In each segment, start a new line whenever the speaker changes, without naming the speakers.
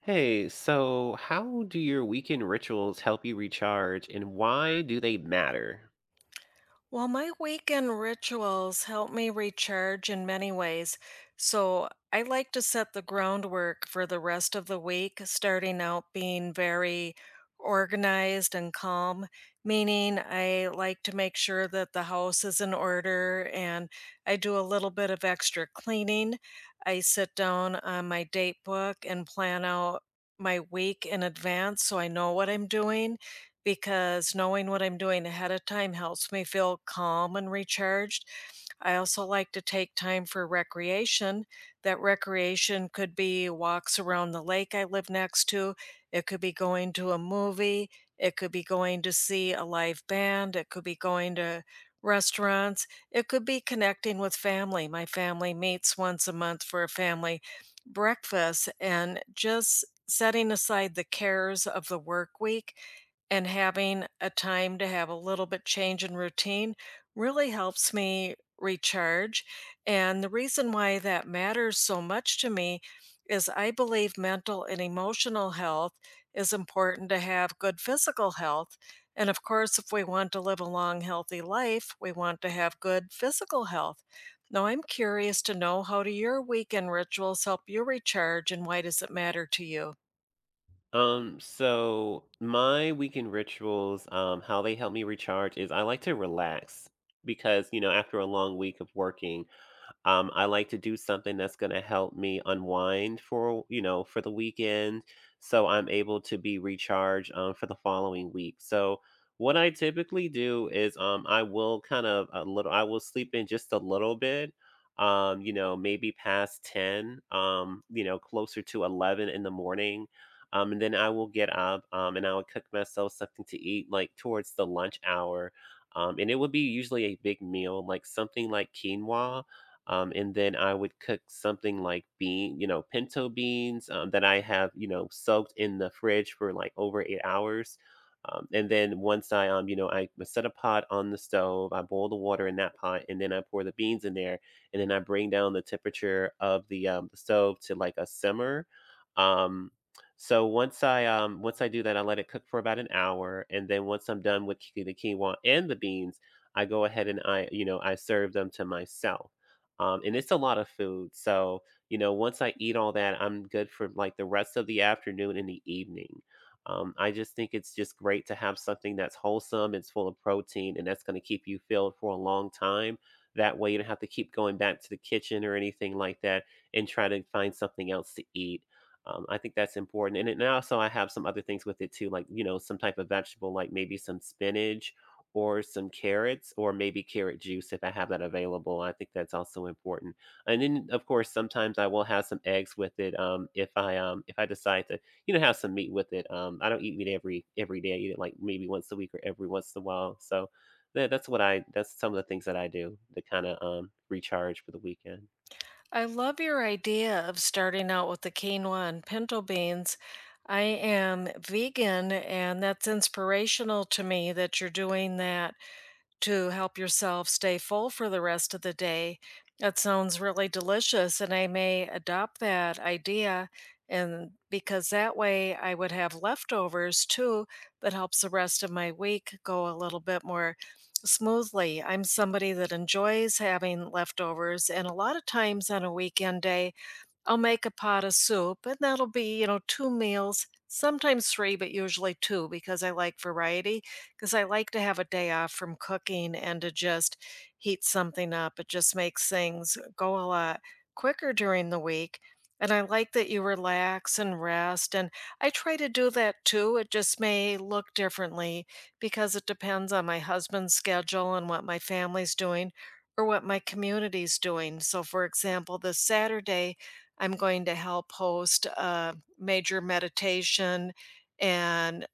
Hey, so how do your weekend rituals help you recharge and why do they matter?
Well, my weekend rituals help me recharge in many ways. So I like to set the groundwork for the rest of the week, starting out being very organized and calm, meaning I like to make sure that the house is in order and I do a little bit of extra cleaning. I sit down on my date book and plan out my week in advance so I know what I'm doing because knowing what I'm doing ahead of time helps me feel calm and recharged. I also like to take time for recreation. That recreation could be walks around the lake I live next to, it could be going to a movie, it could be going to see a live band, it could be going to restaurants, it could be connecting with family. My family meets once a month for a family breakfast, and just setting aside the cares of the work week and having a time to have a little bit change in routine really helps me recharge. And the reason why that matters so much to me is I believe mental and emotional health is important to have good physical health. And of course, if we want to live a long, healthy life, we want to have good physical health. Now, I'm curious to know, how do your weekend rituals help you recharge and why does it matter to you?
So my weekend rituals, how they help me recharge is I like to relax because, you know, after a long week of working, I like to do something that's gonna help me unwind for, you know, for the weekend, so I'm able to be recharged, for the following week. So what I typically do is, I will sleep in just a little bit, you know, maybe past 10, you know, closer to 11 in the morning. And then I will get up, and I will cook myself something to eat like towards the lunch hour. And it would be usually a big meal, like something like quinoa, and then I would cook something like you know, pinto beans, that I have, you know, soaked in the fridge for like over 8 hours. And then you know, I set a pot on the stove, I boil the water in that pot, and then I pour the beans in there, and then I bring down the temperature of the stove to like a simmer. Um, once I do that, I let it cook for about an hour, and then once I'm done with the quinoa and the beans, I go ahead and I you know I serve them to myself. And it's a lot of food. So, you know, once I eat all that, I'm good for like the rest of the afternoon and the evening. I just think it's just great to have something that's wholesome, it's full of protein, and that's going to keep you filled for a long time. That way, you don't have to keep going back to the kitchen or anything like that and try to find something else to eat. I think that's important. And also, I have some other things with it too, like, you know, some type of vegetable, like maybe some spinach or some carrots or maybe carrot juice if I have that available. I think that's also important. And then of course sometimes I will have some eggs with it, if I decide to, you know, have some meat with it. I don't eat meat every day. I eat it like maybe once a week or every once in a while. So that's what I that's some of the things that I do to kind of recharge for the weekend.
I love your idea of starting out with the quinoa and pinto beans. I am vegan, and that's inspirational to me that you're doing that to help yourself stay full for the rest of the day. That sounds really delicious, and I may adopt that idea. And because that way I would have leftovers too, that helps the rest of my week go a little bit more smoothly. I'm somebody that enjoys having leftovers, and a lot of times on a weekend day, I'll make a pot of soup, and that'll be, 2 meals, sometimes 3, but usually 2 because I like variety. Because I like to have a day off from cooking and to just heat something up. It just makes things go a lot quicker during the week, and I like that you relax and rest, and I try to do that too. It just may look differently because it depends on my husband's schedule and what my family's doing or what my community's doing. So, for example, this Saturday, I'm going to help host a major meditation and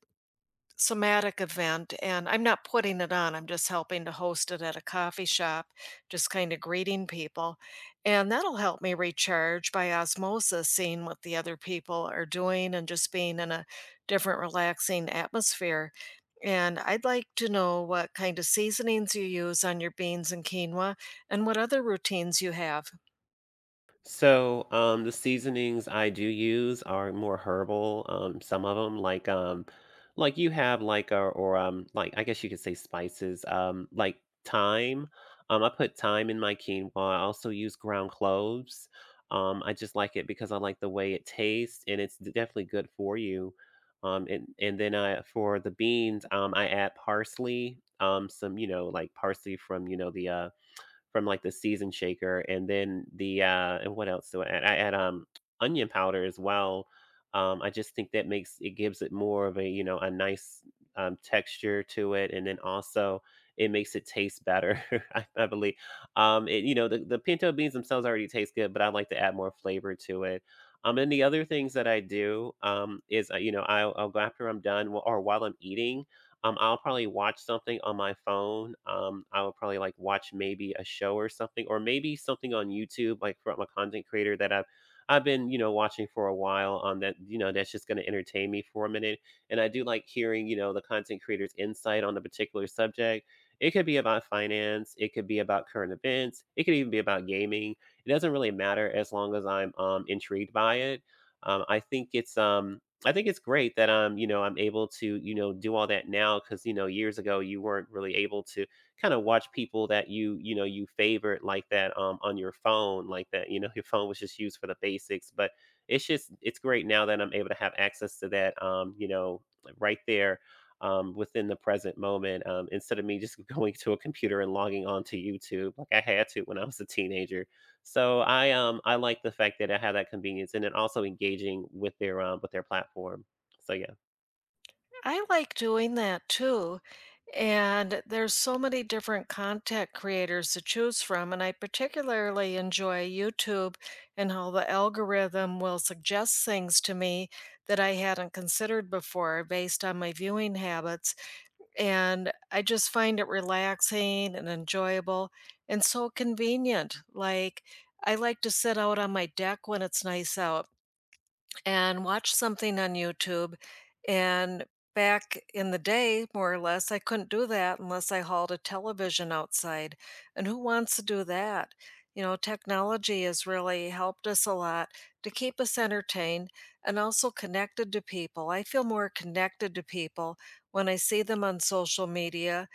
somatic event. And I'm not putting it on, I'm just helping to host it at a coffee shop, just kind of greeting people. And that'll help me recharge by osmosis, seeing what the other people are doing and just being in a different, relaxing atmosphere. And I'd like to know what kind of seasonings you use on your beans and quinoa and what other routines you have.
So, the seasonings I do use are more herbal. Some of them, like you have like or like I guess you could say spices. Like thyme. I put thyme in my quinoa. I also use ground cloves. I just like it because I like the way it tastes, and it's definitely good for you. And then I For the beans, I add parsley. Some, you know, like parsley from, you know, the from like the season shaker, and then and what else do I add? I add, onion powder as well. I just think that makes it gives it more of a, you know, a nice, texture to it, and then also it makes it taste better, I believe. It You know, the pinto beans themselves already taste good, but I like to add more flavor to it. And the other things that I do, you know, I'll go after I'm done, wh or while I'm eating, I'll probably watch something on my phone. I will probably like watch maybe a show or something, or maybe something on YouTube, like from a content creator that I've been, you know, watching for a while. On that You know, that's just going to entertain me for a minute. And I do like hearing, you know, the content creator's insight on the particular subject. It could be about finance. It could be about current events. It could even be about gaming. It doesn't really matter as long as I'm, intrigued by it. Um, I think it's um, I think it's great that, you know, I'm able to, you know, do all that now because, you know, years ago you weren't really able to kind of watch people that you know, you favored like that, on your phone, like that, you know, your phone was just used for the basics. But it's great now that I'm able to have access to that, you know, right there, within the present moment. Instead of me just going to a computer and logging on to YouTube like I had to when I was a teenager. So I like the fact that I have that convenience and then also engaging with their platform. So yeah.
I like doing that too. And there's so many different content creators to choose from. And I particularly enjoy YouTube and how the algorithm will suggest things to me that I hadn't considered before based on my viewing habits. And I just find it relaxing and enjoyable and so convenient. Like, I like to sit out on my deck when it's nice out and watch something on YouTube. And back in the day, more or less, I couldn't do that unless I hauled a television outside. And who wants to do that? You know, technology has really helped us a lot to keep us entertained and also connected to people. I feel more connected to people when I see them on social media,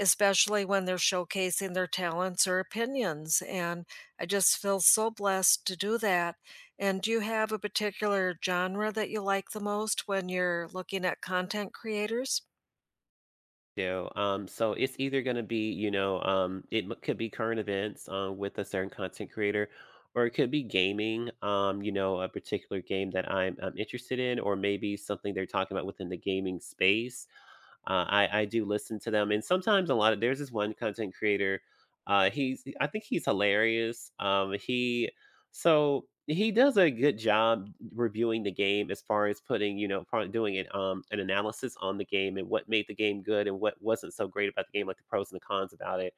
especially when they're showcasing their talents or opinions. And I just feel so blessed to do that. And do you have a particular genre that you like the most when you're looking at content creators?
Do. So it's either going to be, you know, could be current events, with a certain content creator, or it could be gaming, you know, a particular game that I'm interested in, or maybe something they're talking about within the gaming space. I do listen to them, and sometimes a lot of there's this one content creator. He's I think he's hilarious. He does a good job reviewing the game as far as, putting, you know, probably doing it an analysis on the game and what made the game good and what wasn't so great about the game, like the pros and the cons about it.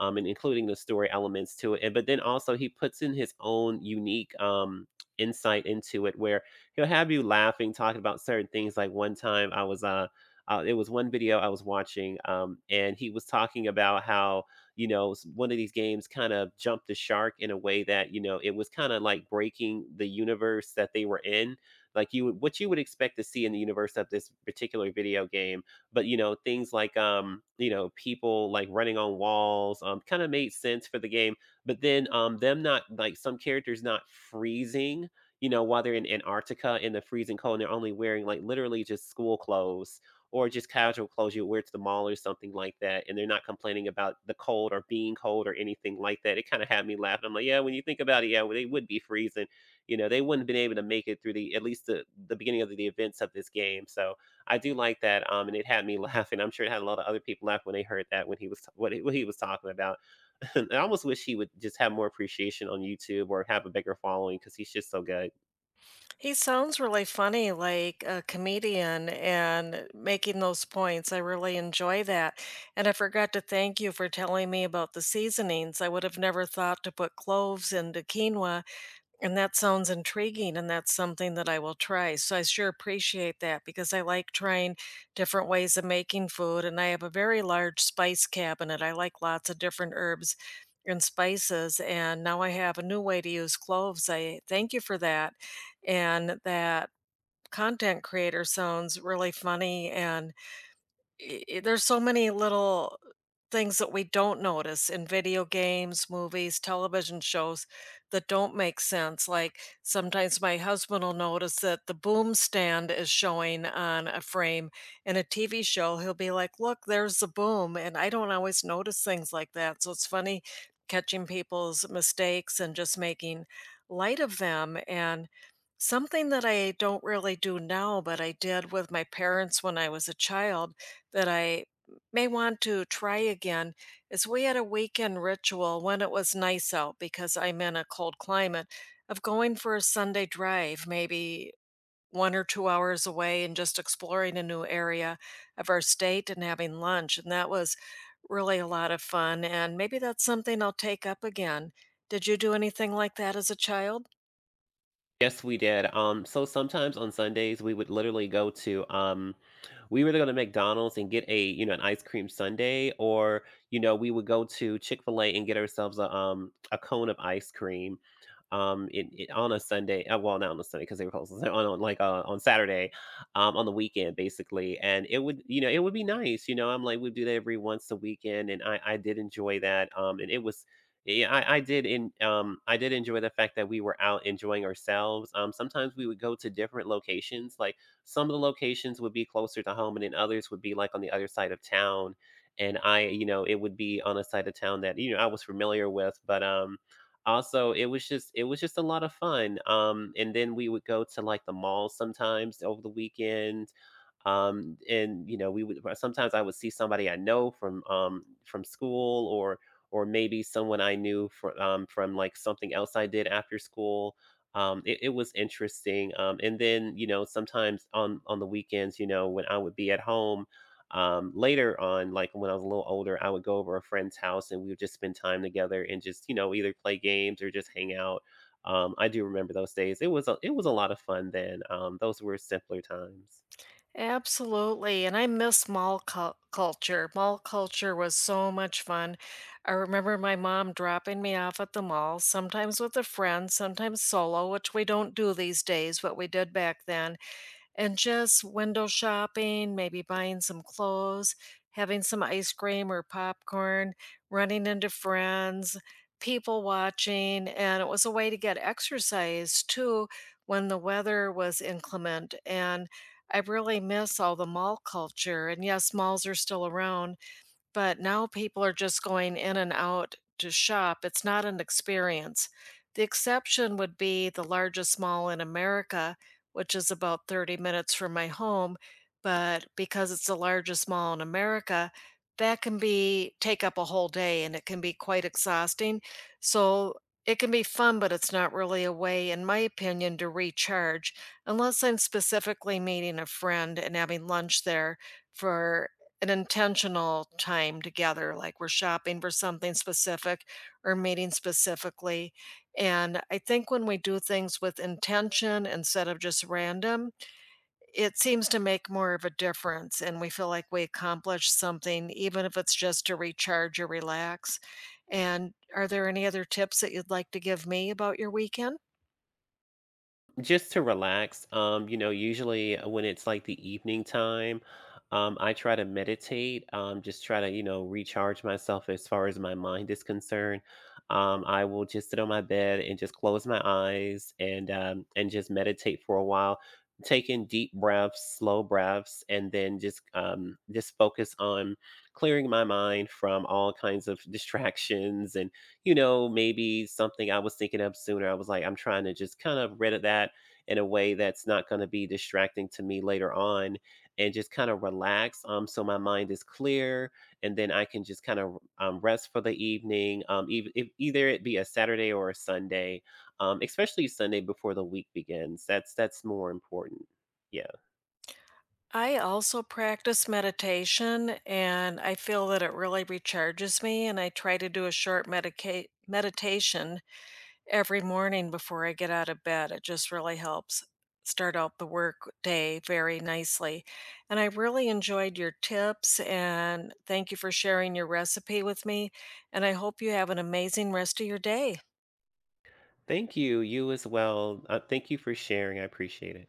And including the story elements to it, and but then also he puts in his own unique, insight into it, where he'll have you laughing, talking about certain things. Like one time, I was it was one video I was watching, and he was talking about how, you know, one of these games kind of jumped the shark in a way that, you know, it was kind of like breaking the universe that they were in. Like you, would what you would expect to see in the universe of this particular video game, but you know things like, you know, people like running on walls, kind of made sense for the game. But then, them not like, some characters not freezing, you know, while they're in Antarctica in the freezing cold and they're only wearing like literally just school clothes or just casual clothes you wear to the mall or something like that. And they're not complaining about the cold or being cold or anything like that. It kind of had me laughing. I'm like, yeah, when you think about it, yeah, well, they would be freezing. You know, they wouldn't have been able to make it through the at least the beginning of the events of this game. So I do like that. And it had me laughing. I'm sure it had a lot of other people laugh when they heard that, when he was what he was talking about. I almost wish he would just have more appreciation on YouTube or have a bigger following because he's just so good.
He sounds really funny, like a comedian, and making those points. I really enjoy that. And I forgot to thank you for telling me about the seasonings. I would have never thought to put cloves into quinoa. And that sounds intriguing, and that's something that I will try. So I sure appreciate that because I like trying different ways of making food, and I have a very large spice cabinet. I like lots of different herbs and spices, and now I have a new way to use cloves. I thank you for that. And that content creator sounds really funny, and there's so many little things that we don't notice in video games, movies, television shows that don't make sense. Like sometimes my husband will notice that the boom stand is showing on a frame in a TV show. He'll be like, "Look, there's the boom." And I don't always notice things like that. So it's funny catching people's mistakes and just making light of them. And something that I don't really do now, but I did with my parents when I was a child, that I may want to try again, is we had a weekend ritual when it was nice out because I'm in a cold climate, of going for a Sunday drive, maybe 1 or 2 hours away, and just exploring a new area of our state and having lunch. And that was really a lot of fun. And maybe that's something I'll take up again. Did you do anything like that as a child?
Yes, we did. So sometimes on Sundays we would literally go to we were gonna McDonald's and get a, you know, an ice cream sundae, or, you know, we would go to Chick-fil-A and get ourselves a, a cone of ice cream, on a Sunday. Well, not on a Sunday because they were closed on like, on Saturday, on the weekend basically. And it would, you know, it would be nice, you know. I'm like, we do that every once a weekend and I did enjoy that. And it was yeah, I did enjoy the fact that we were out enjoying ourselves. Sometimes we would go to different locations, like, some of the locations would be closer to home, and then others would be, like, on the other side of town, and I you know, it would be on a side of town that, you know, I was familiar with, but, also, it was just a lot of fun. And then we would go to, like, the mall sometimes over the weekend, and you know, we would sometimes I would see somebody I know from, from school, or maybe someone I knew from, from like something else I did after school. It was interesting. And then, you know, sometimes on the weekends, you know, when I would be at home. Later on, like when I was a little older, I would go over a friend's house and we would just spend time together and just, you know, either play games or just hang out. I do remember those days. It was a lot of fun then. Those were simpler times.
Absolutely, and I miss mall cul culture. Mall culture was so much fun. I remember my mom dropping me off at the mall, sometimes with a friend, sometimes solo, which we don't do these days, but we did back then, and just window shopping, maybe buying some clothes, having some ice cream or popcorn, running into friends, people watching. And it was a way to get exercise too when the weather was inclement. And I really miss all the mall culture. And yes, malls are still around, but now people are just going in and out to shop. It's not an experience. The exception would be the largest mall in America, which is about 30 minutes from my home. But because it's the largest mall in America, that can be take up a whole day and it can be quite exhausting. So it can be fun, but it's not really a way, in my opinion, to recharge unless I'm specifically meeting a friend and having lunch there for an intentional time together, like we're shopping for something specific or meeting specifically. And I think when we do things with intention instead of just random, it seems to make more of a difference. And we feel like we accomplish something, even if it's just to recharge or relax. And are there any other tips that you'd like to give me about your weekend?
Just to relax. You know, usually when it's like the evening time, I try to meditate, just try to, you know, recharge myself as far as my mind is concerned. I will just sit on my bed and just close my eyes and just meditate for a while, take in deep breaths, slow breaths, and then just focus on clearing my mind from all kinds of distractions. And you know, maybe something I was thinking of sooner. I was like, I'm trying to just kind of rid of that in a way that's not going to be distracting to me later on, and just kind of relax, so my mind is clear, and then I can just kind of, rest for the evening, if either it be a Saturday or a Sunday, especially Sunday before the week begins. That's more important. Yeah.
I also practice meditation and I feel that it really recharges me, and I try to do a short meditation every morning before I get out of bed. It just really helps start out the work day very nicely. And I really enjoyed your tips, and thank you for sharing your recipe with me, and I hope you have an amazing rest of your day.
Thank you, you as well. Thank you for sharing, I appreciate it.